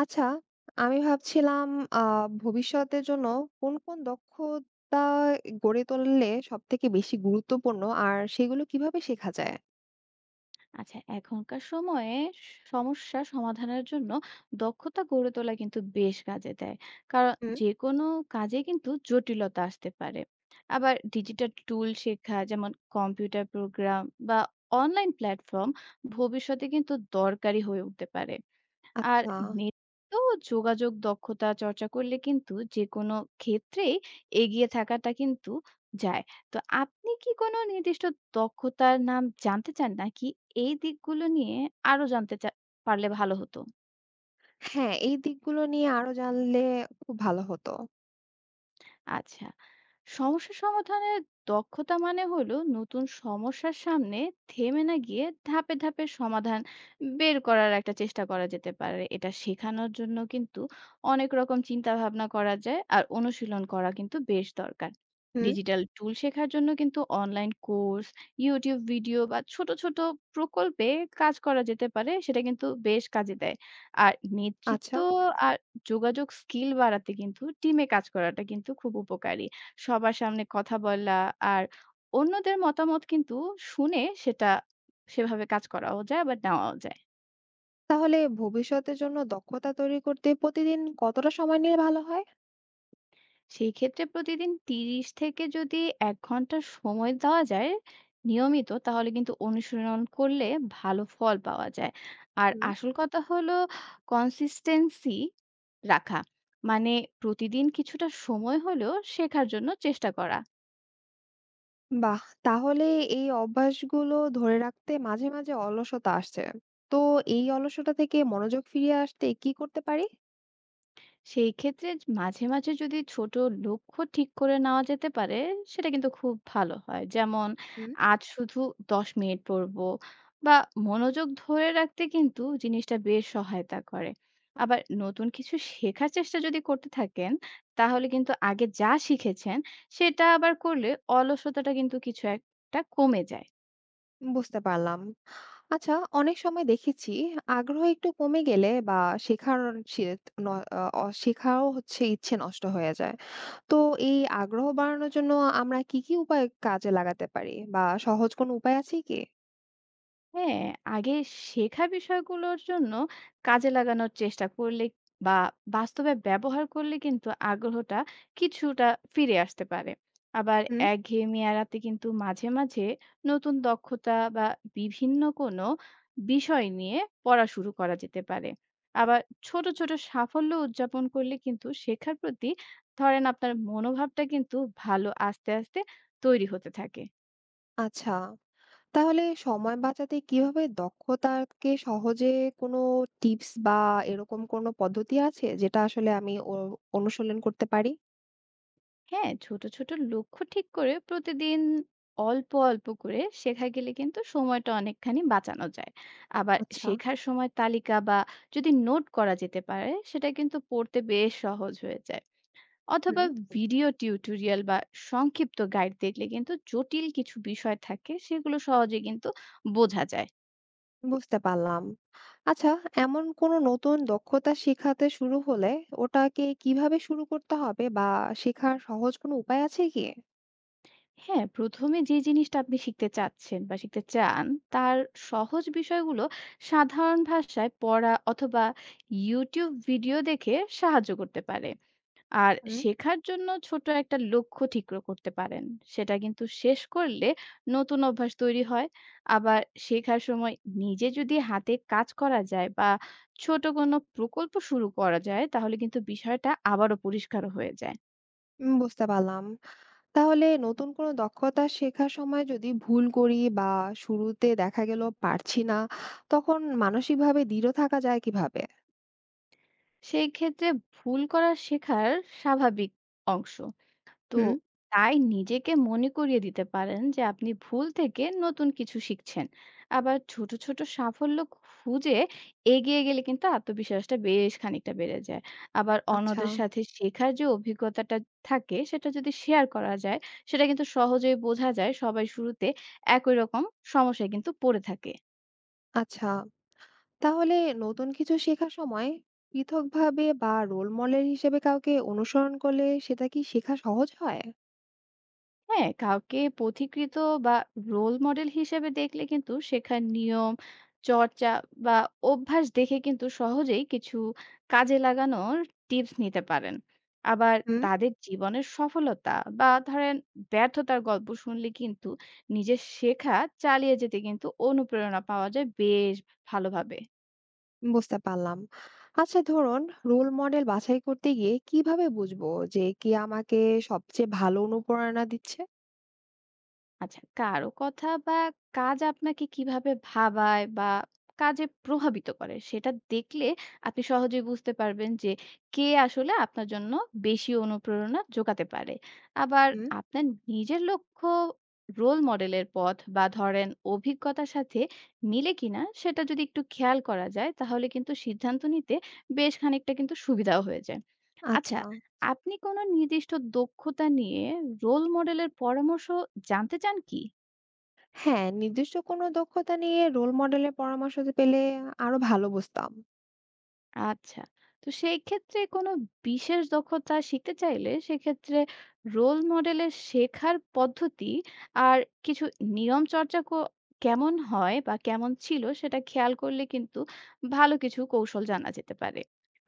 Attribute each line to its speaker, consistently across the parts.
Speaker 1: আচ্ছা, আমি ভাবছিলাম আ ভবিষ্যতের জন্য কোন দক্ষতা গড়ে তুললে সবথেকে বেশি গুরুত্বপূর্ণ আর সেগুলো কিভাবে শেখা যায়?
Speaker 2: আচ্ছা, এখনকার সময়ে সমস্যা সমাধানের জন্য দক্ষতা গড়ে তোলা কিন্তু বেশ কাজে দেয়। কারণ
Speaker 1: হুম।
Speaker 2: যে কোনো কাজে কিন্তু জটিলতা আসতে পারে। আবার ডিজিটাল টুল শেখা যেমন কম্পিউটার প্রোগ্রাম বা অনলাইন প্ল্যাটফর্ম ভবিষ্যতে কিন্তু দরকারি হয়ে উঠতে পারে। আর
Speaker 1: আচ্ছা,
Speaker 2: নেতৃত্ব ও যোগাযোগ দক্ষতা চর্চা করলে কিন্তু যেকোনো ক্ষেত্রেই এগিয়ে থাকাটা কিন্তু যায়। তো আপনি কি কোনো নির্দিষ্ট দক্ষতার নাম জানতে চান নাকি এই দিকগুলো নিয়ে আরো জানতে চা পারলে ভালো হতো?
Speaker 1: হ্যাঁ, এই দিকগুলো নিয়ে আরো জানলে খুব ভালো হতো।
Speaker 2: আচ্ছা। সমস্যা সমাধানের দক্ষতা মানে হলো নতুন সমস্যার সামনে থেমে না গিয়ে ধাপে ধাপে সমাধান বের করার একটা চেষ্টা করা যেতে পারে। এটা শেখানোর জন্য কিন্তু অনেক রকম চিন্তাভাবনা করা যায় আর অনুশীলন করা কিন্তু বেশ দরকার।
Speaker 1: হুম।
Speaker 2: ডিজিটাল টুল শেখার জন্য কিন্তু অনলাইন কোর্স, YouTube ভিডিও বা ছোট ছোট প্রকল্পে কাজ করা যেতে পারে। সেটা কিন্তু বেশ কাজে দেয়। আর নেতৃত্ব
Speaker 1: আচ্ছা,
Speaker 2: আর যোগাযোগ স্কিল বাড়াতে কিন্তু টিমে কাজ করাটা কিন্তু খুব উপকারী। সবার সামনে কথা বলা আর অন্যদের মতামত কিন্তু শুনে সেটা সেভাবে কাজ করাও যায়, আবার নেওয়াও যায়।
Speaker 1: তাহলে ভবিষ্যতের জন্য দক্ষতা তৈরি করতে প্রতিদিন কতটা সময় নিলে ভালো হয়?
Speaker 2: সেই ক্ষেত্রে প্রতিদিন ৩০ থেকে যদি ১ ঘন্টা সময় দেওয়া যায় নিয়মিত, তাহলে কিন্তু অনুশীলন করলে ভালো ফল পাওয়া যায়। আর
Speaker 1: হুম।
Speaker 2: আসল কথা হলো consistency রাখা। মানে প্রতিদিন কিছুটা সময় হলেও শেখার জন্য চেষ্টা করা।
Speaker 1: বাহ! তাহলে এই অভ্যাসগুলো ধরে রাখতে মাঝে, মাঝে অলসতা আসছে। তো এই অলসতা থেকে মনোযোগ ফিরিয়ে আসতে কি করতে পারি?
Speaker 2: সেই ক্ষেত্রে মাঝে মাঝে যদি ছোট লক্ষ্য ঠিক করে নেওয়া যেতে পারে, সেটা কিন্তু খুব ভালো হয়। যেমন আজ শুধু ১০ মিনিট পড়বো বা মনোযোগ ধরে রাখতে কিন্তু জিনিসটা বেশ সহায়তা করে। আবার নতুন কিছু শেখার চেষ্টা যদি করতে থাকেন, তাহলে কিন্তু আগে যা শিখেছেন, সেটা আবার করলে অলসতাটা কিন্তু কিছু একটা কমে যায়।
Speaker 1: বুঝতে পারলাম। আচ্ছা, অনেক সময় দেখেছি আগ্রহ একটু কমে গেলে বা শেখার সে ন অ অ শেখাও হচ্ছে ইচ্ছে নষ্ট হয়ে যায়। তো এই আগ্রহ বাড়ানোর জন্য আমরা কি কি উপায় কাজে লাগাতে পারি বা সহজ কোনো উপায় আছে কি?
Speaker 2: হ্যাঁ, আগে শেখা বিষয়গুলোর জন্য কাজে লাগানোর চেষ্টা করলে বা বাস্তবে ব্যবহার করলে কিন্তু আগ্রহটা কিছুটা ফিরে আসতে পারে। আবার
Speaker 1: হুম।
Speaker 2: একঘেয়েমি এড়াতে কিন্তু মাঝে মাঝে নতুন দক্ষতা বা বিভিন্ন কোনো বিষয় নিয়ে পড়া শুরু করা যেতে পারে। আবার ছোট ছোট সাফল্য উদযাপন করলে কিন্তু শেখার প্রতি ধরেন আপনার মনোভাবটা কিন্তু ভালো আস্তে আস্তে তৈরি হতে থাকে।
Speaker 1: আচ্ছা। তাহলে সময় বাঁচাতে কিভাবে দক্ষতাকে সহজে কোনো টিপস বা এরকম কোনো পদ্ধতি আছে যেটা আসলে আমি অ অনুশীলন করতে পারি?
Speaker 2: হ্যাঁ, ছোট ছোট লক্ষ্য ঠিক করে প্রতিদিন অল্প অল্প করে শেখা গেলে কিন্তু সময়টা অনেকখানি বাঁচানো যায়। আবার
Speaker 1: আচ্ছা।
Speaker 2: শেখার সময় তালিকা বা যদি নোট করা যেতে পারে, সেটা কিন্তু পড়তে বেশ সহজ হয়ে যায়। অথবা
Speaker 1: হুম।
Speaker 2: ভিডিও টিউটোরিয়াল বা সংক্ষিপ্ত গাইড দেখলে কিন্তু জটিল কিছু বিষয় থাকে, সেগুলো সহজে কিন্তু বোঝা যায়।
Speaker 1: বুঝতে পারলাম। আচ্ছা, এমন কোনো নতুন দক্ষতা শিখাতে শুরু হলে ওটাকে কিভাবে শুরু করতে হবে বা শেখার সহজ কোনো উপায় আছে কি?
Speaker 2: হ্যাঁ, ১ম এ যে জিনিসটা আপনি শিখতে চাচ্ছেন বা শিখতে চান, তার সহজ বিষয়গুলো সাধারণ ভাষায় পড়া অথবা YouTube ভিডিও দেখে সাহায্য করতে পারে। আর
Speaker 1: হুম।
Speaker 2: শেখার জন্য ছোট একটা লক্ষ্য ঠিক ক করতে পারেন। সেটা কিন্তু শেষ করলে নতুন অভ্যাস তৈরি হয়। আবার শেখার সময় নিজে যদি হাতে কাজ করা যায় বা ছোট কোনো প্রকল্প শুরু করা যায়, তাহলে কিন্তু বিষয়টা আবারও পরিষ্কার হয়ে যায়।
Speaker 1: বুঝতে পারলাম। তাহলে নতুন কোনো দক্ষতা শেখার সময় যদি ভুল করি বা শুরুতে দেখা গেল পারছি না, তখন মানসিকভাবে দৃঢ় থাকা যায় কিভাবে?
Speaker 2: সেই ক্ষেত্রে ভুল করা শেখার স্বাভাবিক অংশ। তো
Speaker 1: হুম।
Speaker 2: তাই নিজেকে মনে করিয়ে দিতে পারেন যে আপনি ভুল থেকে নতুন কিছু শিখছেন। আবার ছোট ছোট সাফল্য খুঁজে এগিয়ে গেলে কিন্তু আত্মবিশ্বাসটা বেশ খানিকটা বেড়ে যায়। আবার
Speaker 1: আচ্ছা,
Speaker 2: অন্যদের সাথে শেখার যে অভিজ্ঞতাটা থাকে সেটা যদি শেয়ার করা যায়, সেটা কিন্তু সহজেই বোঝা যায় সবাই শুরুতে একই রকম সমস্যায় কিন্তু পড়ে থাকে।
Speaker 1: আচ্ছা। তাহলে নতুন কিছু শেখার সময় পৃথকভাবে বা রোল মডেল হিসেবে কাউকে অনুসরণ করলে সেটা কি শেখা সহজ হয়?
Speaker 2: হ্যাঁ, কাউকে পথিকৃত বা রোল মডেল হিসেবে দেখলে কিন্তু শেখার নিয়ম চর্চা বা অভ্যাস দেখে কিন্তু সহজেই কিছু কাজে লাগানোর টিপস নিতে পারেন। আবার তাদের জীবনের সফলতা বা ধরেন ব্যর্থতার গল্প শুনলে কিন্তু নিজের শেখা চালিয়ে যেতে কিন্তু অনুপ্রেরণা পাওয়া যায় বেশ ভালোভাবে।
Speaker 1: বুঝতে পারলাম। আচ্ছা, ধরুন রোল মডেল বাছাই করতে গিয়ে কিভাবে বুঝবো যে কে আমাকে সবচেয়ে ভালো অনুপ্রেরণা দিচ্ছে?
Speaker 2: আচ্ছা, কারো কথা বা কাজ আপনাকে কিভাবে ভাবায় বা কাজে প্রভাবিত করে সেটা দেখলে আপনি সহজেই বুঝতে পারবেন যে কে আসলে আপনার জন্য বেশি অনুপ্রেরণা জোগাতে পারে। আবার
Speaker 1: হুম।
Speaker 2: আপনার নিজের লক্ষ্য, রোল মডেলের পথ বা ধরেন অভিজ্ঞতার সাথে মিলে কিনা সেটা যদি একটু খেয়াল করা যায় তাহলে কিন্তু সিদ্ধান্ত নিতে বেশ খানিকটা কিন্তু সুবিধাও হয়ে যায়। আচ্ছা,
Speaker 1: আচ্ছা।
Speaker 2: আপনি কোনো নির্দিষ্ট দক্ষতা নিয়ে রোল মডেলের পরামর্শ জানতে চান কি?
Speaker 1: হ্যাঁ, নির্দিষ্ট কোনো দক্ষতা নিয়ে রোল মডেলের পরামর্শ পেলে আরো ভালো বুঝতাম।
Speaker 2: আচ্ছা। তো সেই ক্ষেত্রে কোনো বিশেষ দক্ষতা শিখতে চাইলে সেক্ষেত্রে রোল মডেলের শেখার পদ্ধতি আর কিছু নিয়ম চর্চা ক কেমন হয় বা কেমন ছিল সেটা খেয়াল করলে কিন্তু ভালো কিছু কৌশল জানা যেতে পারে।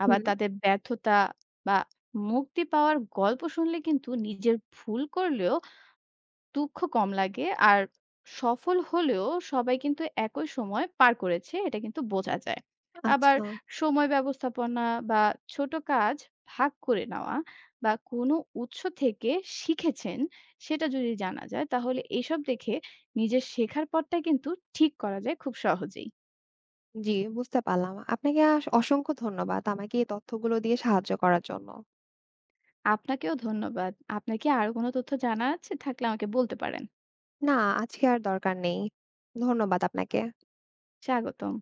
Speaker 2: আবার
Speaker 1: হুম।
Speaker 2: তাদের ব্যর্থতা বা মুক্তি পাওয়ার গল্প শুনলে কিন্তু নিজের ভুল করলেও দুঃখ কম লাগে। আর সফল হলেও সবাই কিন্তু একই সময় পার করেছে এটা কিন্তু বোঝা যায়। আবার
Speaker 1: আচ্ছা।
Speaker 2: সময় ব্যবস্থাপনা বা ছোট কাজ ভাগ করে নেওয়া বা কোনো উৎস থেকে শিখেছেন সেটা যদি জানা যায় তাহলে এসব দেখে নিজের শেখার পথটা কিন্তু ঠিক করা যায় খুব সহজেই।
Speaker 1: জি, বুঝতে পারলাম। আপনাকে অসংখ্য ধন্যবাদ আমাকে এই তথ্যগুলো দিয়ে সাহায্য করার জন্য।
Speaker 2: আপনাকেও ধন্যবাদ। আপনার কি আরো কোনো তথ্য জানা আছে? থাকলে আমাকে বলতে পারেন।
Speaker 1: না, আজকে আর দরকার নেই। ধন্যবাদ আপনাকে।
Speaker 2: স্বাগতম।